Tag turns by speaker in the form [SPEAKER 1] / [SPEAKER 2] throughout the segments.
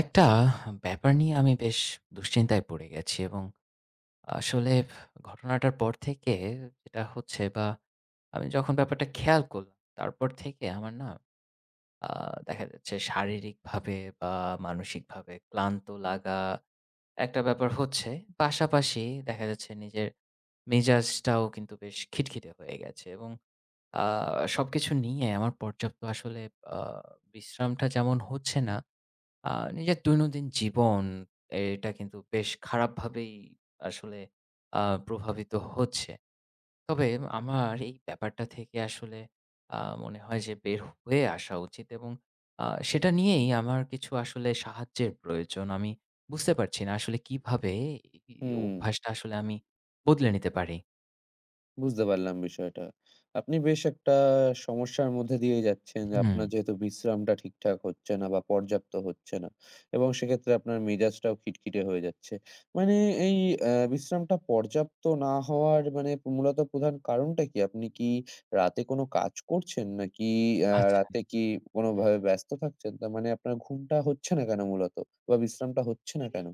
[SPEAKER 1] একটা ব্যাপার নিয়ে আমি বেশ দুশ্চিন্তায় পড়ে গেছি, এবং আসলে ঘটনাটার পর থেকে, যেটা হচ্ছে বা আমি যখন ব্যাপারটা খেয়াল করলাম তারপর থেকে আমার না দেখা যাচ্ছে শারীরিকভাবে বা মানসিকভাবে ক্লান্ত লাগা একটা ব্যাপার হচ্ছে। পাশাপাশি দেখা যাচ্ছে নিজের মেজাজটাও কিন্তু বেশ খিটখিটে হয়ে গেছে, এবং সবকিছু নিয়ে আমার পর্যাপ্ত আসলে আহ, বিশ্রামটা যেমন হচ্ছে না। আ নিজের দৈনন্দিন জীবন এটা কিন্তু বেশ খারাপভাবেই আসলে আ প্রভাবিত হচ্ছে। তবে আমার এই ব্যাপারটা থেকে আসলে আ মনে হয় যে বের হয়ে আসা উচিত, এবং আ সেটা নিয়েই আমার কিছু আসলে সাহায্যের প্রয়োজন। আমি বুঝতে পারছি না আসলে কিভাবে এই
[SPEAKER 2] হুম,
[SPEAKER 1] অভ্যাসটা আসলে আমি বদলে নিতে পারি?
[SPEAKER 2] বুঝতে পারলাম বিষয়টা। আপনি বেশ একটা সমস্যার মধ্যে দিয়ে যাচ্ছেন যে
[SPEAKER 1] হুম,
[SPEAKER 2] আপনার যেহেতু বিশ্রামটা ঠিকঠাক হচ্ছে না বা পর্যাপ্ত হচ্ছে না এবং সেক্ষেত্রে আপনার মেজাজটাও খিটখিটে হয়ে যাচ্ছে। মানে এই বিশ্রামটা পর্যাপ্ত না হওয়ার মানে মূলত প্রধান কারণটা কি? আপনি কি রাতে কোনো কাজ করছেন? নাকি
[SPEAKER 1] আচ্ছা।
[SPEAKER 2] রাতে কি কোনোভাবে ব্যস্ত থাকছেন? তার মানে আপনার ঘুমটা হচ্ছে না কেন মূলত? বা বিশ্রামটা হচ্ছে না কেন?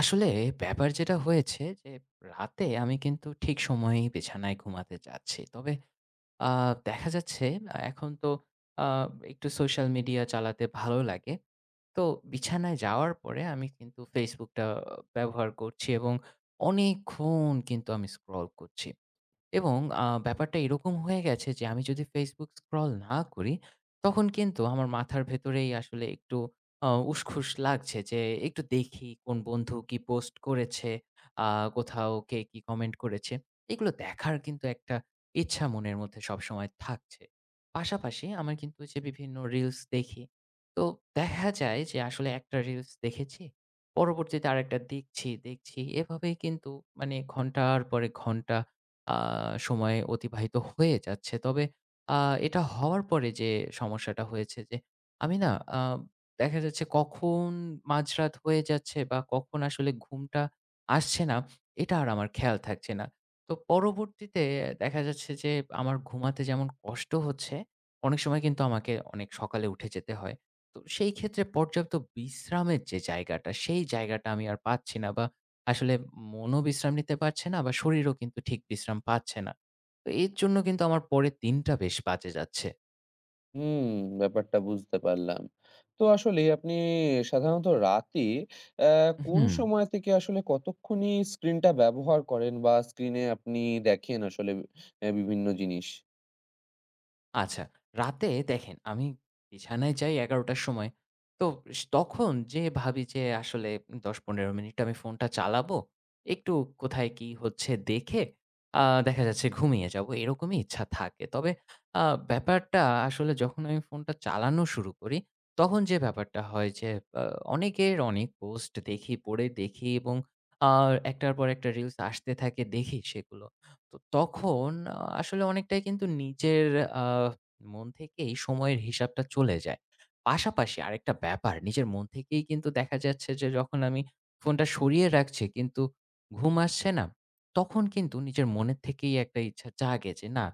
[SPEAKER 1] আসলে ব্যাপার যেটা হয়েছে যে রাতে আমি কিন্তু ঠিক সময়েই বিছানায় ঘুমাতে যাচ্ছি। তবে আ দেখা যাচ্ছে এখন তো আ একটু সোশ্যাল মিডিয়া চালাতে ভালো লাগে। তো বিছানায় যাওয়ার পরে আমি কিন্তু Facebook টা ব্যবহার করছি, এবং অনেকক্ষণ কিন্তু আমি স্ক্রল করছি। এবং ব্যাপারটা এরকম হয়ে গেছে যে আমি যদি Facebook স্ক্রল না করি, তখন কিন্তু আমার মাথার ভেতরেই আসলে একটু উসখুস লাগছে যে একটু দেখি কোন বন্ধু কি পোস্ট করেছে, আ কোথাও কে কি কমেন্ট করেছে। এগুলো দেখার কিন্তু একটা ইচ্ছা মনের মধ্যে সবসময় থাকছে। পাশাপাশি আমার কিন্তু যে বিভিন্ন রিলস দেখি, তো দেখা যায় যে আসলে একটা রিলস দেখেছি, পরবর্তীতে আরেকটা দেখছি, দেখছি। এভাবেই কিন্তু মানে ঘন্টার পরে ঘন্টা আ সময় অতিবাহিত হয়ে যাচ্ছে। তবে আ এটা হওয়ার পরে যে সমস্যাটা হয়েছে যে আমি না আ দেখা যাচ্ছে কখন মাঝরাত হয়ে যাচ্ছে বা কখন আসলে ঘুমটা আসছে না, এটা আর আমার খেয়াল থাকছে না। তো পরবর্তীতে দেখা যাচ্ছে যে আমার ঘুমাতে যেমন কষ্ট হচ্ছে, অনেক সময় কিন্তু আমাকে অনেক সকালে উঠে যেতে হয়। তো সেই ক্ষেত্রে পর্যাপ্ত বিশ্রামের যে জায়গাটা, সেই জায়গাটা আমি আর পাচ্ছি না, বা আসলে মনও বিশ্রাম নিতে পারছে না, আবার শরীরও কিন্তু ঠিক বিশ্রাম পাচ্ছে না। তো এর জন্য কিন্তু আমার পরের দিনটা বেশ বাজে যাচ্ছে।
[SPEAKER 2] হুম, ব্যাপারটা বুঝতে পারলাম। তো আসলেই আপনি সাধারণত রাতে অ্যা কোন
[SPEAKER 1] হুম।
[SPEAKER 2] সময় থেকে আসলে কতক্ষণই স্ক্রিনটা ব্যবহার করেন বা স্ক্রিনে আপনি দেখেন আসলে বিভিন্ন জিনিস?
[SPEAKER 1] আচ্ছা, রাতে দেখেন আমি বিছানায় যাই ১১:০০ র সময়। তো তখন যে ভাবি যে আসলে ১০-১৫ মিনিট আমি ফোনটা চালাবো। একটু কোথায় কি হচ্ছে দেখে আ দেখা যাচ্ছে ঘুমিয়ে যাবো, এরকমই ইচ্ছা থাকে। তবে আ ব্যাপারটা আসলে যখন আমি ফোনটা চালানো শুরু করি, তখন যে ব্যাপারটা হয় যে আ অনেকের অনেক পোস্ট দেখি, পড়ে দেখি, এবং আ একটার পর একটা রিলস আসতে থাকে, দেখি সেগুলো। তো তখন আসলে অনেকটাই কিন্তু নিজের আ মন থেকেই সময়ের হিসাবটা চলে যায়। পাশাপাশি আরেকটা ব্যাপার নিজের মন থেকেই কিন্তু দেখা যাচ্ছে যে যখন আমি ফোনটা সরিয়ে রাখছি কিন্তু ঘুম আসছে না, তখন কিন্তু নিজের মনের থেকেই একটা ইচ্ছা জাগে যে, না,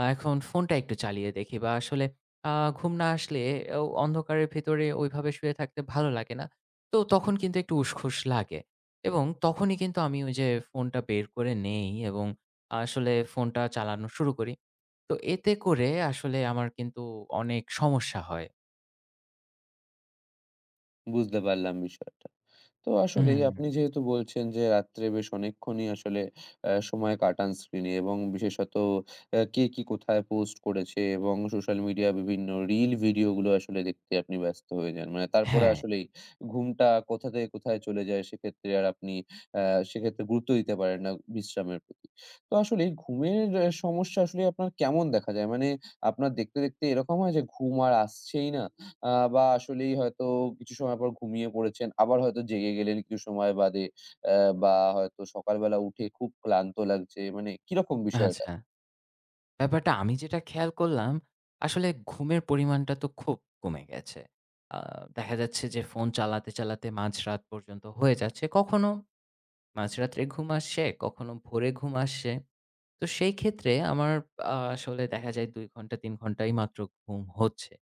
[SPEAKER 1] এখন ফোনটা একটু চালিয়ে দেখি, বা আসলে আ ঘুম না আসলে অন্ধকারের ভেতরে ওইভাবে শুয়ে থাকতে ভালো লাগে না। তো তখন কিন্তু একটু উসখুস লাগে, এবং তখনই কিন্তু আমি ওই যে ফোনটা বের করে নেই এবং আসলে ফোনটা চালানো শুরু করি। তো এতে করে আসলে আমার কিন্তু অনেক সমস্যা হয়।
[SPEAKER 2] বুঝতে পারলাম বিষয়টা। তো আসলেই
[SPEAKER 1] হুম।
[SPEAKER 2] আপনি যেহেতু বলছেন যে রাত্রে বেশ অনেকক্ষণই আসলে সময় কাটান স্ক্রিনে এবং বিশেষত কে কি কোথায় পোস্ট করেছে এবং সোশ্যাল মিডিয়া বিভিন্ন রিল ভিডিওগুলো আসলে দেখতে আপনি ব্যস্ত হয়ে যান, মানে তারপরে
[SPEAKER 1] হ্যাঁ,
[SPEAKER 2] আসলেই ঘুমটা কোথা থেকে কোথায় চলে যায়, সেক্ষেত্রে আর আপনি সেক্ষেত্রে গুরুত্ব দিতে পারেন না বিশ্রামের প্রতি। তো আসলে এই ঘুমের সমস্যা আসলে আপনার কেমন দেখা যায়? মানে আপনার দেখতে দেখতে এরকম হয় যে ঘুম আর আসছেই না, আ বা আসলেই হয়তো কিছু সময় পর ঘুমিয়ে পড়েছেন। আবার হয়তো জেগে গেলেন কিছু সময় বাদে। অ্যা বা হয়তো সকালবেলা উঠে খুব ক্লান্ত লাগছে। মানে কিরকম বিষয়টা?
[SPEAKER 1] আচ্ছা। ব্যাপারটা আমি যেটা খেয়াল করলাম, আসলে ঘুমের পরিমাণটা তো খুব কমে গেছে। আ দেখা যাচ্ছে যে ফোন চালাতে, চালাতে মাঝরাত পর্যন্ত হয়ে যাচ্ছে। কখনো মাঝরাত্রে ঘুম আসছে, কখনো ভোরে ঘুম আসছে। তো সেই ক্ষেত্রে আমার আসলে দেখা যায় ২ ঘন্টা ৩ ঘন্টাই মাত্র ঘুম হচ্ছে।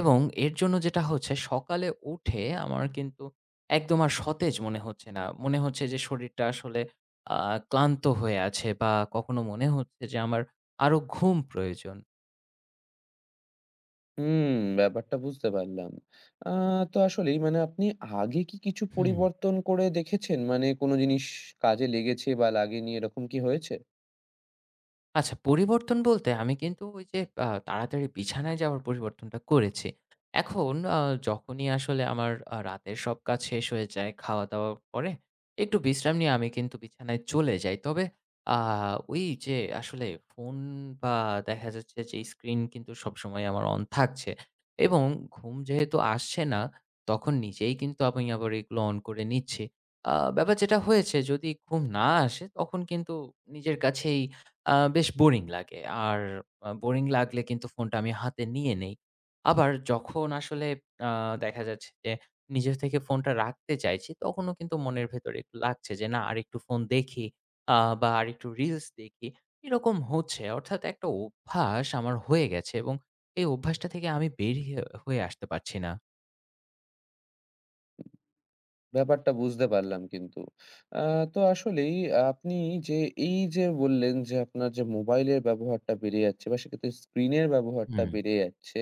[SPEAKER 1] এবং এর জন্য যেটা হচ্ছে সকালে উঠে আমার কিন্তু একদম আর সতেজ মনে হচ্ছে না। মনে হচ্ছে যে শরীরটা আসলে আ ক্লান্ত হয়ে আছে, বা কখনো মনে হচ্ছে যে আমার আরো ঘুম প্রয়োজন।
[SPEAKER 2] হুম, ব্যাপারটা বুঝতে পারলাম। আ তো আসলেই মানে আপনি আগে কি কিছু
[SPEAKER 1] হুম।
[SPEAKER 2] পরিবর্তন করে দেখেছেন? মানে কোনো জিনিস কাজে লেগেছে বা লাগেনি এরকম কি হয়েছে?
[SPEAKER 1] আচ্ছা, পরিবর্তন বলতে আমি কিন্তু ওই যে তাড়াতাড়ি বিছানায় যাওয়ার পরিবর্তনটা করেছি। এখন যখনই আসলে আমার রাতের সব কাজ শেষ হয়ে যায়, খাওয়া-দাওয়া পরে একটু বিশ্রাম নিয়ে আমি কিন্তু বিছানায় চলে যাই। তবে আ ওই যে আসলে ফোন, বা দেখা যাচ্ছে যে স্ক্রিন কিন্তু সবসময় আমার অন থাকছে, এবং ঘুম যেহেতু আসছে না, তখন নিজেই কিন্তু আমি আবার এগুলো অন করে নিচ্ছি। ব্যাপার যেটা হয়েছে যদি ঘুম না আসে তখন কিন্তু নিজের কাছেই বেশ বোরিং লাগে। আর বোরিং লাগলে কিন্তু ফোনটা আমি হাতে নিয়ে নেই। আবার যখন আসলে আ দেখা যাচ্ছে যে নিজে থেকে ফোনটা রাখতে চাইছি, তখনও কিন্তু মনের ভেতরে একটু লাগছে যে, "না আরেকটু ফোন দেখি আ বা আরেকটু রিলস দেখি।" এরকম হচ্ছে। অর্থাৎ একটা অভ্যাস আমার হয়ে গেছে, এবং এই অভ্যাসটা থেকে আমি বেরিয়ে হয়ে আসতে পারছি না।
[SPEAKER 2] ব্যাপারটা বুঝতে পারলাম কিন্তু। আ তো আসলেই আপনি যে এই যে বললেন যে আপনার যে মোবাইলের ব্যবহারটা বেড়ে যাচ্ছে বা সেক্ষেত্রে স্ক্রিনের ব্যবহারটা
[SPEAKER 1] হুম,
[SPEAKER 2] বেড়ে যাচ্ছে।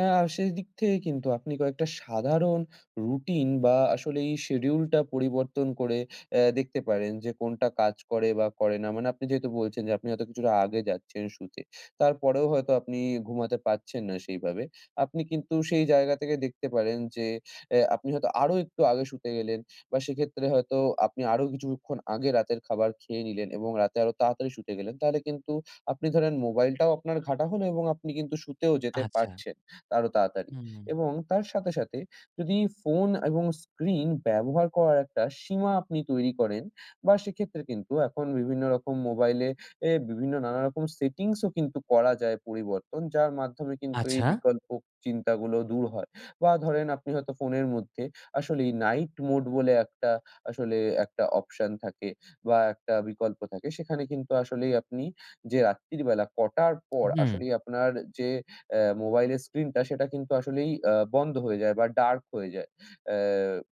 [SPEAKER 2] আ সেদিক থেকে কিন্তু আপনি কয়েকটা সাধারণ রুটিন বা আসলে এই শিডিউলটা পরিবর্তন করে দেখতে পারেন যে কোনটা কাজ করে বা করে না। মানে আপনি যেহেতু বলছেন যে আপনি হয়তো কিছুটা আগে যাচ্ছেন শুতে। তারপরেও হয়তো আপনি ঘুমাতে পারছেন না সেইভাবে। আপনি কিন্তু সেই জায়গা থেকে দেখতে পারেন যে আপনি হয়তো আরো একটু আগে শুতে গেলেন বা সেক্ষেত্রে হয়তো আপনি আরো কিছুক্ষণ আগে রাতের খাবার খেয়ে নিলেন এবং রাতে আরো তাড়াতাড়ি শুতে গেলেন। তাহলে কিন্তু আপনি ধরেন মোবাইলটাও আপনার ঘাঁটা হলো এবং আপনি কিন্তু শুতেও যেতে
[SPEAKER 1] আচ্ছা।
[SPEAKER 2] পারছেন আরো তাড়াতাড়ি।
[SPEAKER 1] হুম,
[SPEAKER 2] এবং তার সাথে, সাথে যদি ফোন এবং স্ক্রিন ব্যবহার করার একটা সীমা আপনি তৈরি করেন বা সেক্ষেত্রে কিন্তু এখন বিভিন্ন রকম মোবাইলে বিভিন্ন নানারকম সেটিংসও কিন্তু করা যায় পরিবর্তন, যার মাধ্যমে কিন্তু এই
[SPEAKER 1] আচ্ছা।
[SPEAKER 2] বিকল্প চিন্তাগুলো দূর হয়। বা ধরেন আপনি হয়তো ফোনের মধ্যে আসলেই নাইট মোড বলে একটা আসলে একটা অপশন থাকে বা একটা বিকল্প থাকে। সেখানে কিন্তু আসলেই আপনি যে রাত্রির বেলা কটার পর
[SPEAKER 1] হুম,
[SPEAKER 2] আসলেই আপনার যে অ্যা মোবাইলের স্ক্রিনটা সেটা কিন্তু আসলেই বন্ধ হয়ে যায় বা ডার্ক হয়ে যায়। অ্যা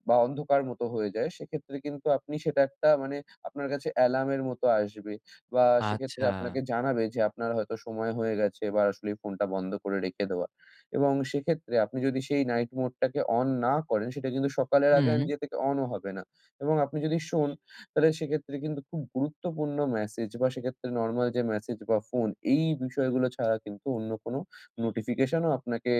[SPEAKER 2] বা অন্ধকার মতো হয়ে যায়। সেক্ষেত্রে কিন্তু আপনি সেটা একটা মানে আপনার কাছে অ্যালার্মের মতো আসবে বা সেক্ষেত্রে
[SPEAKER 1] আচ্ছা।
[SPEAKER 2] আপনাকে জানাবে যে আপনার হয়তো সময় হয়ে গেছে বা আসলেই ফোনটা বন্ধ করে রেখে দেওয়া। এবং সেক্ষেত্রে আপনি যদি সেই নাইট মোডটাকে অন না করেন সেটা কিন্তু সকালের আগে
[SPEAKER 1] হুম,
[SPEAKER 2] নিজে থেকে অনও হবে না এবং আপনি যদি শোন তাহলে সেক্ষেত্রে কিন্তু খুব গুরুত্বপূর্ণ মেসেজ বা সেক্ষেত্রে নরমাল যে মেসেজ বা ফোন এই বিষয়গুলো ছাড়া কিন্তু অন্য কোনো নোটিফিকেশনও আপনাকে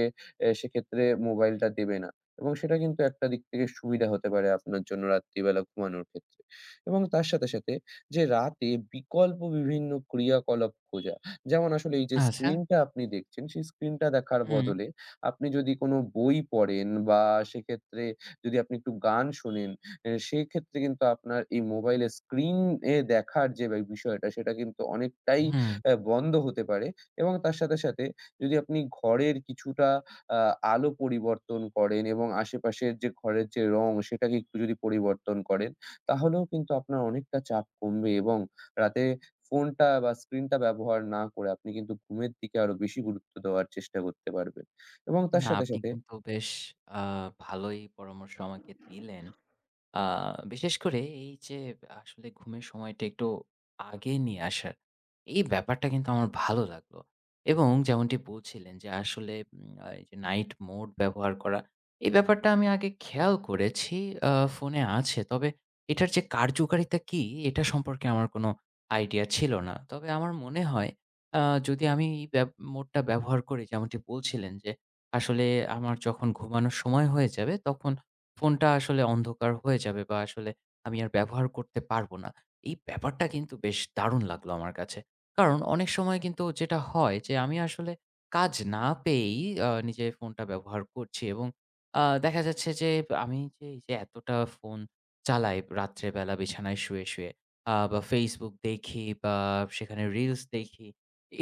[SPEAKER 2] সেক্ষেত্রে মোবাইলটা দেবে না এবং সেটা কিন্তু একটা দিক থেকে সুবিধা হতে পারে আপনার জন্য রাত্রিবেলা ঘুমানোর ক্ষেত্রে। এবং তার সাথে, সাথে যে রাতে বিকল্প বিভিন্ন ক্রিয়াকলাপ খোঁজা। যেমন আসলে এই যে
[SPEAKER 1] আচ্ছা।
[SPEAKER 2] স্ক্রিনটা আপনি দেখছেন, সেই স্ক্রিনটা দেখার
[SPEAKER 1] হুম,
[SPEAKER 2] বদলে আপনি যদি কোনো বই পড়েন বা সেক্ষেত্রে যদি আপনি একটু গান শোনেন, সেক্ষেত্রে কিন্তু আপনার এই মোবাইলের স্ক্রিন দেখার যে বিষয়টা সেটা কিন্তু অনেকটাই
[SPEAKER 1] হুম।
[SPEAKER 2] বন্ধ হতে পারে। এবং তার সাথে, সাথে যদি আপনি ঘরের কিছুটা আ আলো পরিবর্তন করেন এবং আশেপাশের যে ঘরের যে রং সেটাকে একটু যদি পরিবর্তন করেন, তাহলেও কিন্তু আপনার অনেকটা চাপ কমবে এবং রাতে ফোনটা বা স্ক্রিনটা ব্যবহার না করে আপনি কিন্তু ঘুমের দিকে আরো বেশি গুরুত্ব দেওয়ার চেষ্টা করতে পারবেন। এবং তার
[SPEAKER 1] না,
[SPEAKER 2] সাথে,
[SPEAKER 1] আপনি
[SPEAKER 2] সাথে
[SPEAKER 1] কিন্তু বেশ আ ভালোই পরামর্শ আমাকে দিলেন। আ বিশেষ করে এই যে আসলে ঘুমের সময়টা একটু আগে নিয়ে আসার, এই ব্যাপারটা কিন্তু আমার ভালো লাগলো। এবং যেমনটি বলছিলেন যে আসলে উম আ এই যে নাইট মোড ব্যবহার করা, এই ব্যাপারটা আমি আগে খেয়াল করেছি। ফোনে আছে। তবে এটার যে কার্যকারিতা কি? এটা সম্পর্কে আমার কোনো আইডিয়া ছিল না। তবে আমার মনে হয় আ যদি আমি এই মোডটা ব্যবহার করি, যেমনটি বলছিলেন যে আসলে আমার যখন ঘুমানোর সময় হয়ে যাবে তখন ফোনটা আসলে অন্ধকার হয়ে যাবে, বা আসলে আমি আর ব্যবহার করতে পারবো না। এই ব্যাপারটা কিন্তু বেশ দারুণ লাগলো আমার কাছে। কারণ অনেক সময় কিন্তু যেটা হয় যে আমি আসলে কাজ না পেয়েই নিজে ফোনটা ব্যবহার করছি, এবং দেখা যাচ্ছে যে আমি যে এইযে এতটা ফোন চালাই রাত্রে বেলা বিছানায় শুয়ে, শুয়ে বা Facebook দেখি বা সেখানে রিলস দেখি।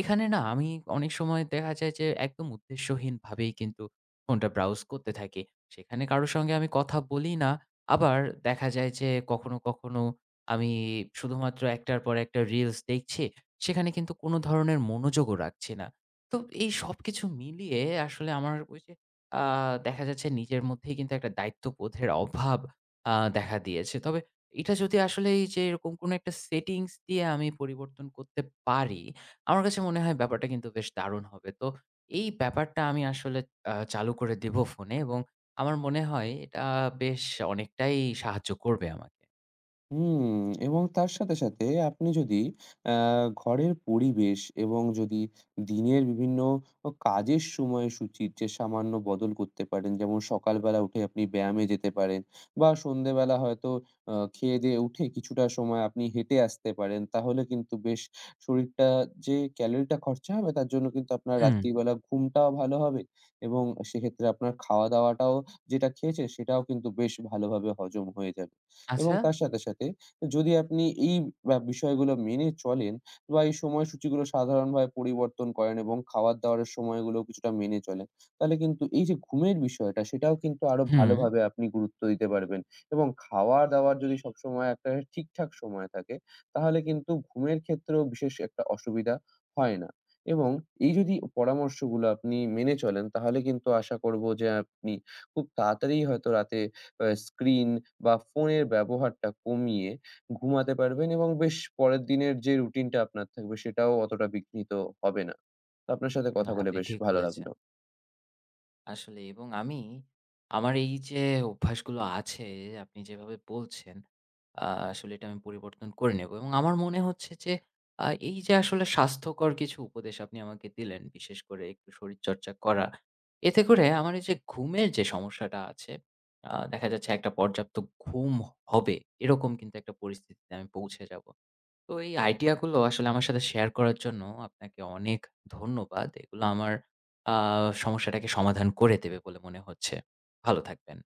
[SPEAKER 1] এখানে না আমি অনেক সময় দেখা যায় যে একদম উদ্দেশ্যহীনভাবেই কিন্তু ফোনটা ব্রাউজ করতে থাকি, সেখানে কারো সঙ্গে আমি কথা বলি না। আবার দেখা যায় যে কখনো, কখনো আমি শুধুমাত্র একটার পর একটা রিলস দেখছি। সেখানে কিন্তু কোনো ধরনের মনোযোগও রাখছি না। তো এই সবকিছু মিলিয়ে আসলে আমার ওই যে আ দেখা যাচ্ছে নিজের মধ্যেই কিন্তু একটা দায়িত্ববোধের অভাব আ দেখা দিয়েছে। তবে এটা যদি আসলে এই যে এরকম কোনো একটা সেটিংস দিয়ে আমি পরিবর্তন করতে পারি, আমার কাছে মনে হয় ব্যাপারটা কিন্তু বেশ দারুণ হবে। তো এই ব্যাপারটা আমি আসলে চালু করে দেব ফোনে, এবং আমার মনে হয় এটা বেশ অনেকটাই সাহায্য করবে আমাকে।
[SPEAKER 2] হুম, এবং তার সাথে, সাথে আপনি যদি আ ঘরের পরিবেশ এবং যদি দিনের বিভিন্ন কাজের সময়সূচির যে সামান্য বদল করতে পারেন, যেমন সকালবেলা উঠে আপনি ব্যায়ামে যেতে পারেন বা সন্ধ্যেবেলা হয়তো খেয়ে-দেয়ে উঠে কিছুটা সময় আপনি হেঁটে আসতে পারেন। তাহলে কিন্তু বেশ শরীরটা যে ক্যালোরিটা খরচা হবে তার জন্য কিন্তু আপনার
[SPEAKER 1] হুম,
[SPEAKER 2] রাত্রিবেলা ঘুমটাও ভালো হবে এবং সেক্ষেত্রে আপনার খাওয়া-দাওয়াটাও যেটা খেয়েছেন সেটাও কিন্তু বেশ ভালোভাবে হজম হয়ে যাবে। এবং
[SPEAKER 1] আচ্ছা।
[SPEAKER 2] তার সাথে, সাথে যদি আপনি এই বিষয়গুলো মেনে চলেন বা এই সময়সূচিগুলো সাধারণভাবে পরিবর্তন করেন এবং খাওয়ার-দাওয়ারের সময়গুলো কিছুটা মেনে চলেন, তাহলে কিন্তু এই যে ঘুমের বিষয়টা সেটাও কিন্তু আরো
[SPEAKER 1] হুম,
[SPEAKER 2] ভালোভাবে আপনি গুরুত্ব দিতে পারবেন এবং খাওয়া-দাওয়ার যদি সবসময় একটা ঠিকঠাক সময় থাকে, তাহলে কিন্তু ঘুমের ক্ষেত্রেও বিশেষ একটা অসুবিধা হয় না। এবং এই যদি পরামর্শগুলো আপনি মেনে চলেন তাহলে কিন্তু আশা করব যে আপনি খুব তাড়াতাড়ি হয়তো রাতে স্ক্রিন বা ফোনের ব্যবহারটা কমিয়ে ঘুমাতে পারবেন এবং বেশ পরের দিনের যে রুটিনটা আপনার থাকবে সেটাও অতটা বিঘ্নিত হবে না। তো আপনার সাথে
[SPEAKER 1] না
[SPEAKER 2] কথা বলে
[SPEAKER 1] আপনি
[SPEAKER 2] বেশ
[SPEAKER 1] ঠিক
[SPEAKER 2] ভালো
[SPEAKER 1] বলেছেন।
[SPEAKER 2] লাগলো।
[SPEAKER 1] আসলে, এবং আমি আমার এই যে অভ্যাসগুলো আছে আপনি যেভাবে বলছেন, আ আসলে এটা আমি পরিবর্তন করে নেব, এবং আমার মনে হচ্ছে যে এই যে আসলে স্বাস্থ্যকর কিছু উপদেশ আপনি আমাকে দিলেন, বিশেষ করে একটু শরীরচর্চা করা। এতে করে আমার এই যে ঘুমের যে সমস্যাটা আছে, দেখা যাচ্ছে একটা পর্যাপ্ত ঘুম হবে, এরকম কিন্তু একটা পরিস্থিতিতে আমি পৌঁছে যাব। তো এই আইডিয়া গুলো আসলে আমার সাথে শেয়ার করার জন্য আপনাকে অনেক ধন্যবাদ। এগুলো আমার আ সমস্যাটাকে সমাধান করে দেবে বলে মনে হচ্ছে। ভালো থাকবেন।